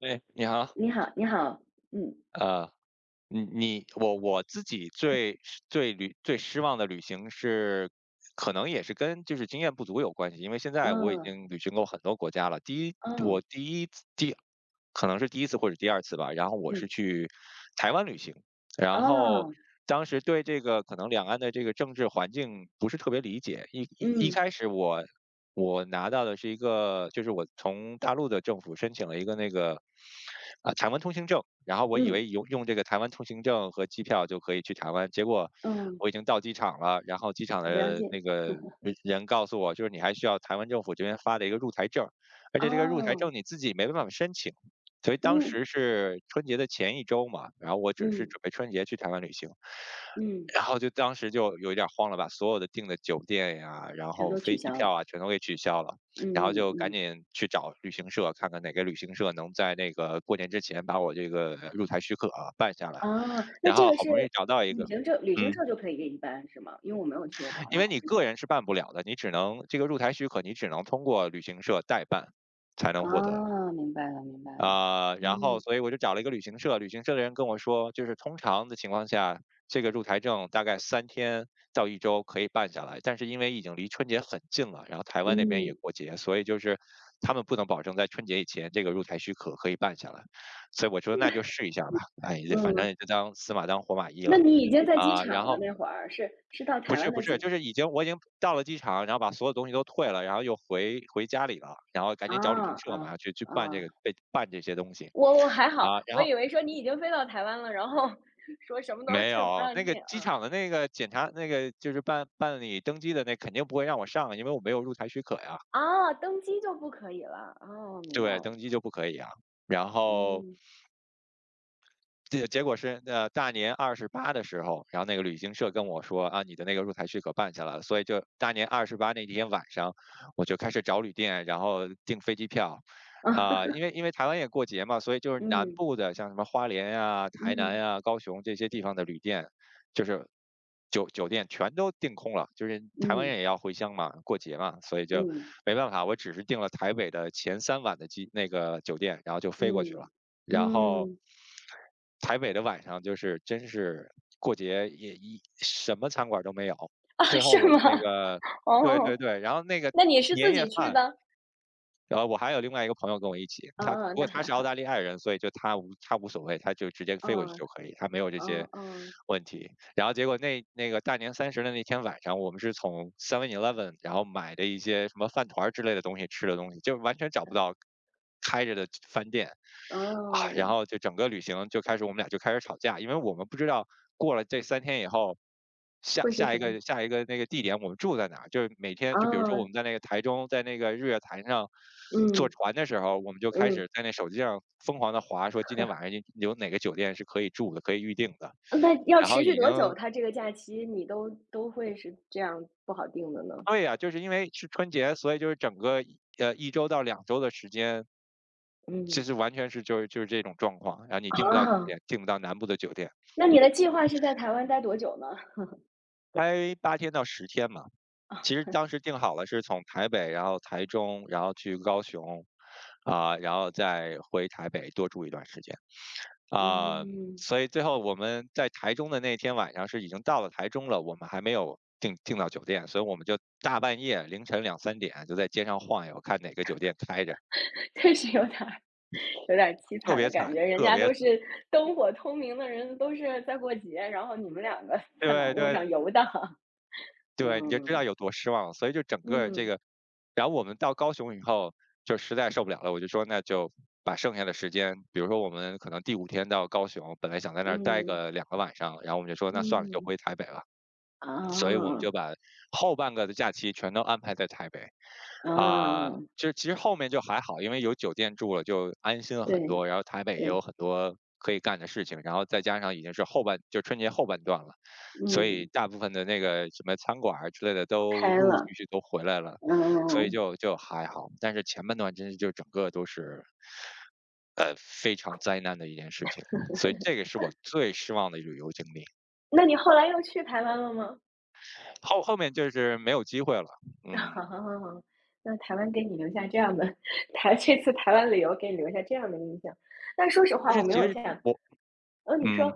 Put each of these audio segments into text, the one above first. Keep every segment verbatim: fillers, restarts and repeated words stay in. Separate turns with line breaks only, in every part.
哎，你好。
你好，你好，嗯，
呃，你你我我自己最最旅最失望的旅行是，可能也是跟就是经验不足有关系，因为现在我已
哦，
经旅行过很多国家了。第一，
哦，
我第一次第可能是第一次或者第二次吧，然后我是
嗯，
去台湾旅行。然后
哦，
当时对这个可能两岸的这个政治环境不是特别理解，一一一
嗯，
开始我我拿到的是一个，就是我从大陆的政府申请了一个那个，啊、台湾通行证，然后我以
嗯，
为用用这个台湾通行证和机票就可以去台湾，结果
哦，
我已经到机场了，然后机场
他不让
的
进，
那个人告诉我，就是你还需要台湾政府这边发的一个入台证，而
啊，
且这个入台证你自己没办法申请，所以当
嗯，
时是春节的前一周嘛，然后我只是
嗯，
准备春节去台湾旅行。
嗯，
然后就当时就有一点儿慌了，把所有的订的酒店呀，然
全
后
都取
飞机
消了，
票啊，全都给取消了。
嗯
然后
嗯
就赶
嗯，
紧去找旅行社，看看哪个旅行社能在那个过年之前把我这个入台许可啊办下来。
啊，那
然
这
后
个
好
是
不容易找到一
旅
个。
行社旅行
嗯，
社就可以给你办是吗？因为我没有去过台
因
湾。
为你个人是办不了的，你只能这个入台许可，你只能通过旅行社代办才能获得。
啊，明白了，明白了，
啊，然后
嗯
所以我就找了一个旅行社，旅行社的人跟我说，就是通常的情况下，这个入台证大概三天到一周可以办下来，但是因为已经离春节很近了，然后台湾那边也
嗯
过节，所以就是他们不能保证在春节以前这个入台许可可以办下来。所以我说那就试一下吧，哎，这反正
嗯，
也就当死马当活马医
那
了。
你已经在机
啊，
场
然
了，
后。
那会儿是是到
不
台
是
湾的
不
机
是，
场，
就是已经我已经到了机场，然后把所有东西都退了，然后又回回家里了，然后赶
啊
紧找旅行
啊
社
啊。
嘛，去去办这
哦
个被办这些东西。
我我还好，
啊，然
我
后
以为说你已经飞到台湾了，然后 说什么都
没
这不
有。
让
那个
进
机
啊。
场的那个检查那个就是办办理登机的那肯定不会让我上，因为我没有入台许可呀。
啊，登机就不可以了，哦，明白
对，
了，
登机就不可以啊。然后
嗯，
结结果是，呃，大年二十八的时候，然后那个旅行社跟我说："啊，你的那个入台许可办下来了。"所以就大年二十八那天晚上，我就开始找旅店，然后订飞机票。
啊
啊，因为因为台湾也过节嘛，所以就是南
嗯，
部的，像什么花莲呀、台南
嗯，
呀、高雄这些地方的旅店，就是酒酒店全都订空了。就是台湾人
嗯，
也要回乡嘛，过节嘛，所以就
嗯，
没办法。我只是订了台北的前三晚的机那个酒店，然后就飞过去了。
嗯，
然后
嗯，
台北的晚上就是真是过节也一什么餐馆儿都没有。
啊，
最
是
后我
吗？
们那个对对
哦，
对，然后那个
那你是自
年夜
己去
饭，
的？
然后我还有另外一个朋友跟我一起，
嗯
他不
嗯，那
过
还
他是澳大
好，
利亚人，所以就他无他无所谓，他就直接飞过去
嗯，
就可以，他没有这些
哦哦，
问题。然后结果那那个大年三十的那天晚上，我们是从 Seven Eleven 然后买的一些什么饭团儿之类的东西吃的东西，就完全找不到开着的饭店。啊，
哦，
然后就整个旅行就开始我们俩就开始吵架，因为我们不知道过了这三天以后，下
会是
下
什
一
么？
个下一个那个地点我们住在哪儿，就是每天就比如说我
啊
们在那个台中，在那个日月潭上坐
嗯，
船的时候，我们就开
嗯，
始在那手机上疯狂的划，说今天晚 上有有哪个酒店是可以住的，可以预定的。
那要
然后
持续
已
多久？
经
他这个假期你都都会是这样不好定的呢？
对呀，就是因为是春节，所以就是整个一呃一周到两周的时间，其
嗯。
实完全是就是就是这种状况，然后你订不到酒
啊，
店，订不到南部的酒店。
那你的计划是在台湾待多久呢？
待八天到十天嘛。
啊，
其实当时定好了是从台北，然后台中，然后去高雄，啊，然后再回台北多住一段时间。啊，
嗯，
所以最后我们在台中的那天晚上是已经到了台中了，我们还没有订订到酒店，所以我们就大半夜凌晨两三点就在街上晃悠，看哪个酒店开着。
确实有点儿有点儿凄
特
惨的
别
感
惨，
觉，人
特
家
别
都
惨。
是灯火通明的人，都是在过节，然后你们两个在马
对
路
对
上游荡。
对，你就知道
嗯，
有多失望了。所以就整个这
嗯，
个然后我们到高雄以后就实在受不了了，我就说那就把剩下的时间，比如说我们可能第五天到高雄，本来想在那儿待
嗯，
个两个晚上，然后我们就说那算了，就
嗯，
回台北吧。所以我们
啊，
就把后半个的假期全都安排在台北。
啊，
啊，就是其实后面就还好，因为有酒店住了就安心了很
对，
多，然后台北也有
对，
很多可以干的事情，然后再加上已经是后半就春节后半段了，所以
嗯，
大部分的那个什么餐馆儿之类的都
开
陆陆
了，
续续都回来了，所以
嗯。
就就还好。但是前半段真是就整个都是，呃，非常灾难的一件事情，所以这个是我最失望的旅游经历。
那你后来又去台湾了吗？
后后面就是没有机会了。嗯，
好好好，那台湾给你留下这样的 台这次台湾旅游给你留下这样的印象。但说实
但
话我
是
没
其
有
实
像
我
呃，你说
嗯，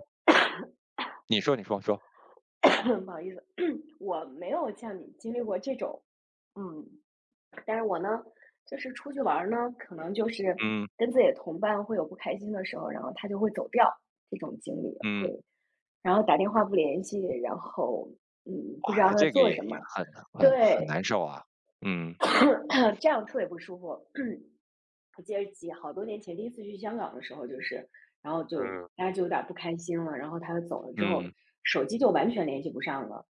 你说你说说，
不好意思，我没有像你经历过这种嗯，但是我呢，就是出去玩儿呢，可能就是
嗯。
跟自己的同伴会有不开心的时候，然后他就会走掉，这种经历会
嗯，
然后打电话不联系，然后，嗯，不知
哇，
道
那
他在
这个
做
也
什
也
么。
很很很
对，
难受啊。嗯
这样特别不舒服。我记得几好多年前第一次去香港的时候，就是，然后就
嗯。
大家就有点儿不开心了，然后他走了之后，
嗯
手机就完全联系不上了。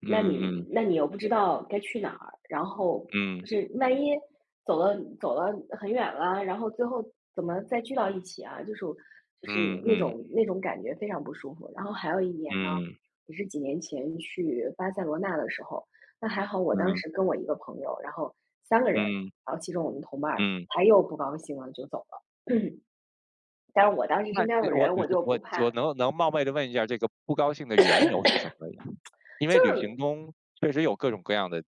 那你
嗯
那你又不知道该去哪儿，然后就
嗯
是万一走了走了很远了，然后最后怎么再聚到一起啊？就是就是
嗯
那
嗯
种那种感觉非常不舒服。然后还有一年呢，
嗯
也是几年前去巴塞罗那的时候，那还好，我当
嗯
时跟我一个朋友，然后三个人，
嗯
然后其中我们同伴儿
嗯。
他又不高兴了就走了，但是我当时
那
身边有
这我
人，我就不
我我
怕，
能能冒昧的问一下，这个不高兴的缘由是什么呀？因
就
为旅行
是
中确实有各种各样的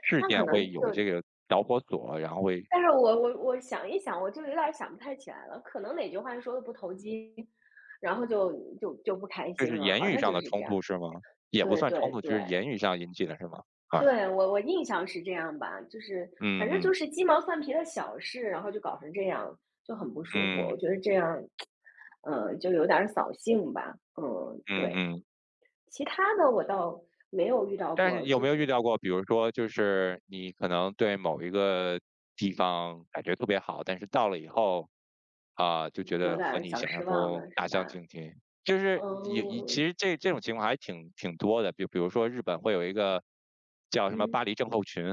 事
但可
件
能
会有
就
这个导火索，然后会
但是我我我想一想，我就有点儿想不太起来了，可能哪句话说的不投机，然后就就就不开
就
心
是
了，
言
好
语
像就
上
是
的
这
冲
样。
突是吗？也不
对
算冲
对
突，
对，
就是言语上引起的是吗？啊，
对，我我印象是这样吧，就是反正
嗯
就
嗯
是鸡毛蒜皮的小事，然后就搞成这样，就很不舒服。
嗯
我觉得这样，呃，就有点儿扫兴吧。嗯，
嗯
对，
嗯。
其他的我倒没有遇到
但是
过，
你有
就
没有遇
是
到过，比如说，就是你可能对某一个地方感觉特别好，但是到了以后，啊、就觉
有
得
点
和
儿
你
小
想象
失望
中
的是
大相
吧？
径庭。就是也也，
嗯
其实这这种情况还挺挺多的，比比如说日本会有一个叫什么巴
嗯，
黎症候群，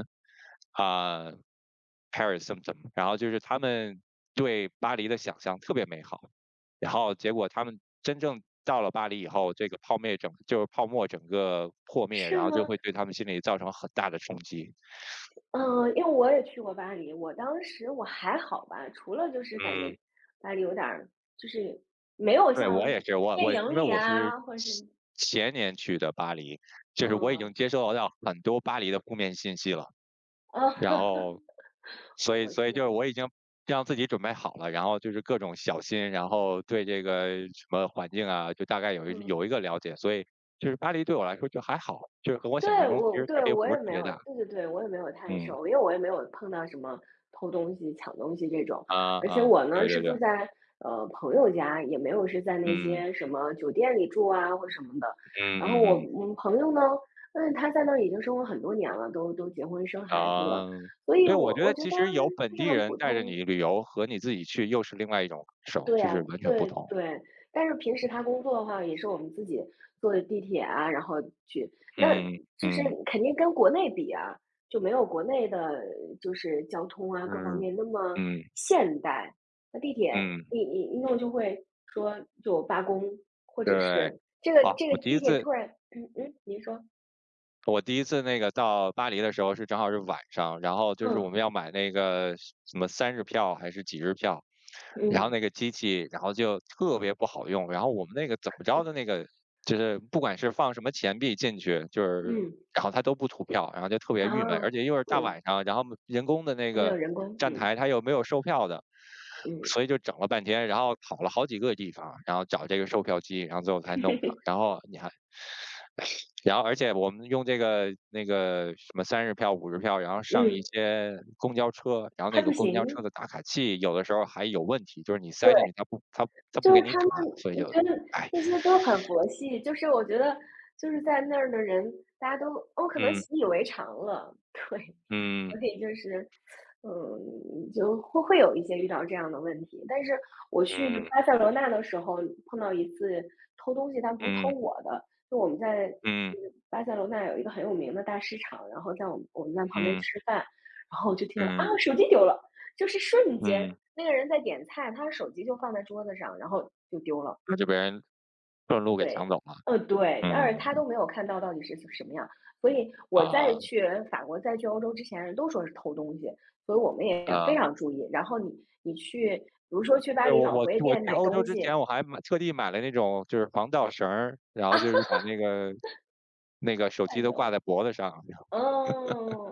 啊、Paris Symptom，然后就是他们对巴黎的想象特别美好，然后结果他们真正到了巴黎以后，这个泡沫整就是泡沫整个破灭，
是
然后就
吗？
会对他们心里造成很大的冲击。
嗯，因为我也去过巴黎，我当时我还好吧，除了就是感觉
嗯，
巴黎有点儿，就是没有
对，
像
我也是，我
电
我
影
因为
里
我是
啊，或者
前
是
前年去的巴黎，就是我已
嗯，
经接收到很多巴黎的负面信息了，
嗯，
然后
我
所以
我是
所以
那
就是
边，
我已经让自己准备好了，然后就是各种小心，然后对这个什么环境啊，就大概有一
嗯。
有一个了解，所以就是巴黎对我来说就还好，就是和我想象
对，
中其
我
实差
对，
别
我
不
也
是特
没
别
有，
大。
对对对，我也没有太
嗯，
熟，因为我也没有碰到什么偷东西、抢东西这种。
啊
而且
啊，
我呢
对
是
对
住
对，
在呃朋友家，也没有是在那
嗯
些什么酒店里住啊或什么的。
嗯
然后
嗯
我
嗯，
嗯朋友呢，嗯他在那儿已经生活很多年了，都都结婚生孩子了，
啊，
所以
对，我
我
觉
我
得
觉
其
得
实有本
就
地
是很
人
普
带着
通，
你旅游和你自己去又是另外一种感受，
对
就
呀，
是完全不
对
同。
对，但是平时他工作的话，也是我们自己坐地铁啊，然后去，那
嗯
就是
嗯
肯定跟国内比啊，就没有国内的，就是交通啊各方
嗯
面那么
嗯
现代。那地铁
嗯，
一一一弄就会说就罢工，或者
对，
是这个
好，
这
我
个
第
地
一
铁
次
突然，嗯嗯，您说，
我第一次那个到巴黎的时候是正好是晚上，然后就是
嗯
我们要买那个什么三日票还是几日票，然后
嗯
那个机器，然后就特别不好用，然后我们那个怎么着的那个，就是不管是放什么钱币进去，就是
嗯
然后它都不吐票，然后就特别
啊，
郁闷，而且又是大
嗯，
晚上，然后人工的那
还没
个
有人工，
站
嗯
台它又没有售票的，
嗯
所以就整了半天，然后跑了好几个地方，然后找这个售票机，然后最后才弄上，然 后你还然后而且我们用这个那个什么三十票、五十票，然后上一
嗯，
些公交车，然后
还
那
不
个公交车
行，
的打卡器有的时候还有问题，就是你塞进
对。
去它不它它不
就
给
是
你
他
打，
们，
所以
我
就，
觉得
哎，
那些都很佛系，就是我觉得就是在那儿的人，大家都我可能
嗯
习以为常了，对，
嗯
所以就是，嗯，就会会有一些遇到这样的问题。但是我去
嗯
巴塞罗那的时候碰到一次偷东西，但不是偷
嗯
我的，就我们在就
嗯
是巴塞罗那有一个很有名的大市场，然后在我们我们在旁边
嗯
吃饭，然后我就听啊
嗯
手机丢了，就是瞬间
嗯，
那个人在点菜，他手机就放在桌子上，然后就丢了。
那就被人顺路给抢
对，
走了。
呃，对。但是他
嗯，
都没有看到到底是什么样，所以我在
啊，
去法国、再去欧洲之前，人都说是偷东西，所以我们也非
啊，
常注意。然后你你去，比如说去巴
对，
黎
我
老
我
佛爷
我
店
去
买
欧洲
东
之
西，
前我还买特地买了那种就是防盗绳儿，然后就是把那个那个手
太
机都
逗
挂
了。
在脖子上，
嗯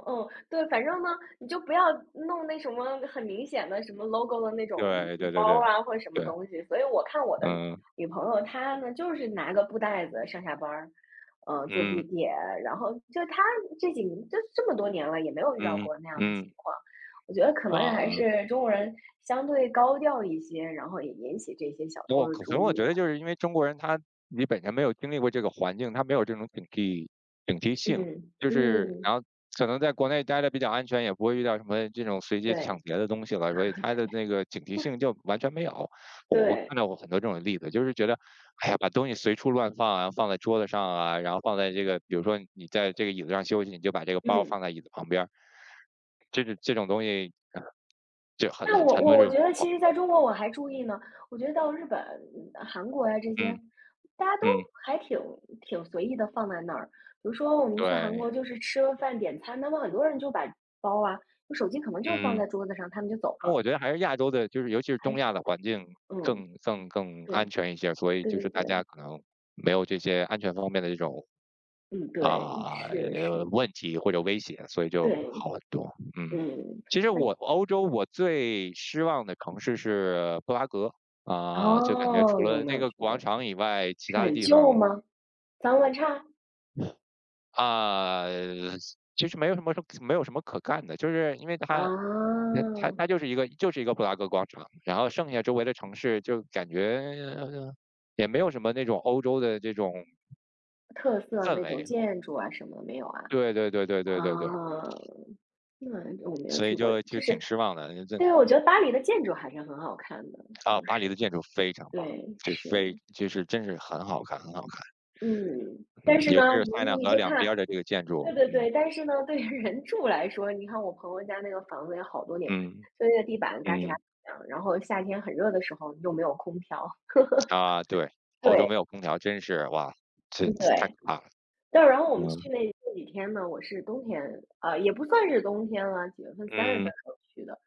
嗯，对，反正呢，你就不要弄那什么很明显的什么 logo 的那种
对对对
包
对。
啊，或者什么
对，
东西。所以我看我的
嗯，
女朋友，她呢就是拿个布袋子上下班儿，呃，坐地
嗯，
铁，然后就她这几就这么多年了，也没有遇到
嗯，
过那样的情
嗯，
况。我觉得可能也还
啊。
是中国人相对高调一些，然后也引起这些小偷
我
的
可
注
能我
意
觉得
吧。
就是因为中国人他你本身没有经历过这个环境，他没有这种警惕警惕性，
嗯
就是
嗯，
然后可能在国内待的比较安全，也不会遇到什么这种随机抢
对
劫的东西了，所以他的那个警惕性就完全没有。我我
对，
看到过很多这种例子，就是觉得，哎呀，把东西随处乱放啊，放在桌子上啊，然后放在这个，比如说你在这个椅子上休息，你就把这个包
嗯。
放在椅子旁边儿，这种这种东西，呃就很
但
很
我
很多
我
这
我
种
觉
情
得其
况。
实在中国我还注意呢，我觉得到日本、呃韩国呀这些，
嗯
大家都
嗯，
还挺挺随意的放在那儿。比如说我们去韩
对，
国就是吃了饭点餐，他们很多人就把包啊，就手机可能就放
嗯。
在桌子上，他们就走
那
了，
我觉得还是亚洲的，就是尤其是
还
东
是
亚的环境
嗯，
更更更安
对，
全一些，所以
对
就
对
是大家
对，
可能没有这些安全方面的这种
嗯，对，
啊、
是
呃
是，
问题或者威胁，所以就
对，
好很多。嗯，
嗯，
其实
它
我欧洲我最失望的城市是布拉格啊、就感觉除
哦，有
了
没
那
有
个
去
广
过？
场以外，其
是
他的
很
地
旧
方
吗？脏乱差？
啊、其实没有什么没有什么可干的，就是因为它
啊，
那它它就是一个就是一个布拉格广场，然后剩下周围的城市就感觉呃也没有什么那种欧洲的这种
特色
氛
那种
围。
建筑啊什么的没有啊？
对对对对对对对，
啊，那我没有
所
去
以
过，
就就
就是
挺失望的。这
对，我觉得巴黎的建筑还是很好看的，
啊，
就
巴黎的
是
建筑非常棒，
对，
就
是，
非就是真是很好看，很好看。
嗯，
嗯，
但是
尤
呢，
其是
你
塞纳
你
河
就
两
看，
边儿的这个建筑，
对对
嗯
对，但是呢，对于人住来说，你看我朋友家那个房子也好多年，
嗯
就那个地板嘎吱嘎
嗯，
吱响，然后夏天很热的时候又没有空调，
啊，对，欧洲
对，
没有空调真是哇，这
嗯
这太可
对，
怕了。
对，然后我们去
嗯
那那几天呢，我是冬天，呃，也不算是冬天了，几月份？三月份时
嗯
候去的，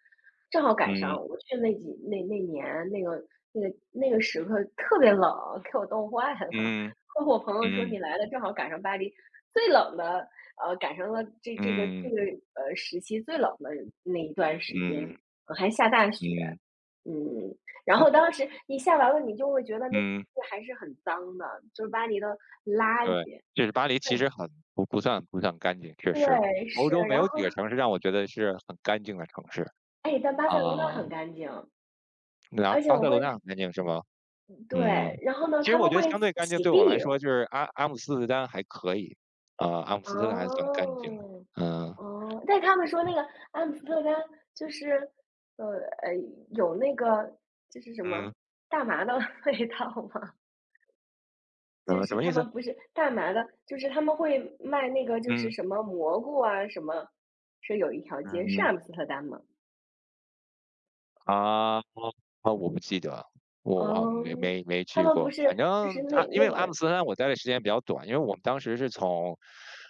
正好赶上
嗯
我去那几那那年那个那个那个时刻特别冷，给我冻坏了。
嗯
和我朋友说你
嗯
来了，正好赶上巴黎最冷的，呃，赶上了这这个这
嗯
个呃时期最冷的那一段时间，
嗯嗯。
呃还下大雪，
嗯
嗯，然后当时你下完了，你就会觉得那
嗯，
个还是很脏的，就是巴黎的垃
对，
圾。
就是巴黎其实很不不算不算干净，确实，
对，
欧
是，
洲没
然
有
后，
几个城市让我觉得是很干净的城市
哎，但巴塞罗那
啊。
很干净，
那
而且
巴
我
塞罗
会
那很干净是吗？嗯，
对，然后呢，
其实
他们
我觉得
会
相对干净
洗
对我来
地，
说就是阿阿姆斯特丹还可以，啊，阿姆斯特丹还算干净的，
哦，
嗯
哦，但他们说那个阿姆斯特丹就是，呃呃，有那个就是什么
嗯，
大麻的 味道吗？就
呃，什
是
么
他
意思？
们不是大麻的，就是他们会卖那个就是
嗯
什么蘑菇啊什么，是有一条街是
嗯。
阿姆斯特丹吗？
啊，啊，我不记得，我好
哦，
没没没
他
去
们不
过。
是
反正
就是那
啊，因
那
为阿姆
个，
斯特丹我待的时间比较短，因为我们当时是从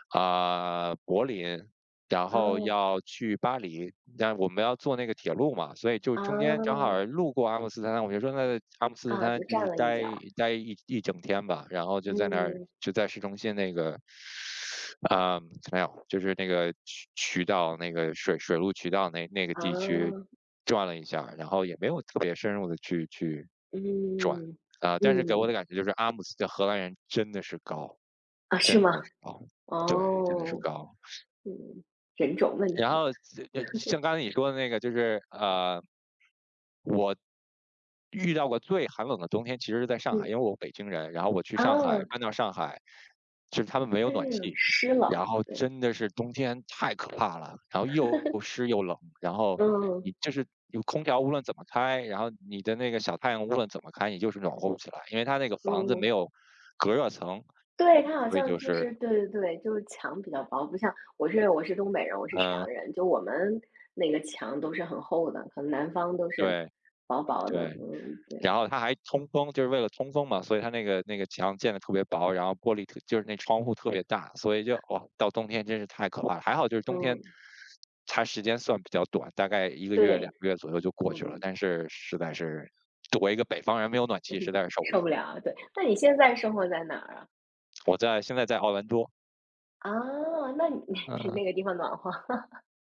啊、柏林，然后
嗯。
要去巴黎，但我们要坐那个铁路嘛，所以就
啊
中间正好儿路过阿姆斯特丹，我就说那阿姆斯特
啊，
丹
就
就
站
是
了一
待
脚，
待一一整天吧，然后就在那儿
嗯，
就在市中心那个嗯，没有，就是那个渠渠道，那个水水路渠道那那个地区
啊，
转了一下儿然后也没有特别深入的去去转，
嗯，
啊、但是给我
嗯，
的感觉就是阿姆斯的荷兰人真的是高，
啊，是
真的
吗？
是高，对，真的是
哦，
高。
嗯，人种问
然
题，
后呃像刚才你说的那个，就是呃，我遇到过最寒冷的冬天，其实是在上海，
嗯，
因为我北京人，然后我去
啊，
上海，
嗯
搬到上海，就是他们没有暖
是
气，
湿冷，
然后
对，
真的是冬天太可怕了，然后又湿又冷，然后
嗯
你就是有空调无论怎么开，然后你的那个小太阳无论怎么开，你就是暖和不起来，因为它那个房子没
嗯，
有隔热层，
对，它好
所以
像
就
就
是
是对对对，就是墙比较薄，不像我是我是东北人，我是沈
嗯，
阳人，就我们那个墙都是很厚的，可能南方都是
对
薄薄的，
对。
嗯，对，
然后它还通风，就是为了通风嘛，所以它那个那个墙建的特别薄，然后玻璃特就是那窗户特别大，所以就哇，到冬天真是太可怕了。还好就是冬天，
嗯，
它时间算比较短，大概一个月、
对，
两个月左右就过去了。
嗯，
但是实在是，作为一个北方人，没有暖气实在是受不了。
受不了啊，对，那你现在生活在哪儿啊？
我在现在在奥兰多，
啊，那你
嗯，
那个地方暖和，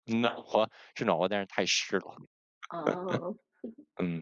暖和是暖和，但是太湿了，
哦，
嗯。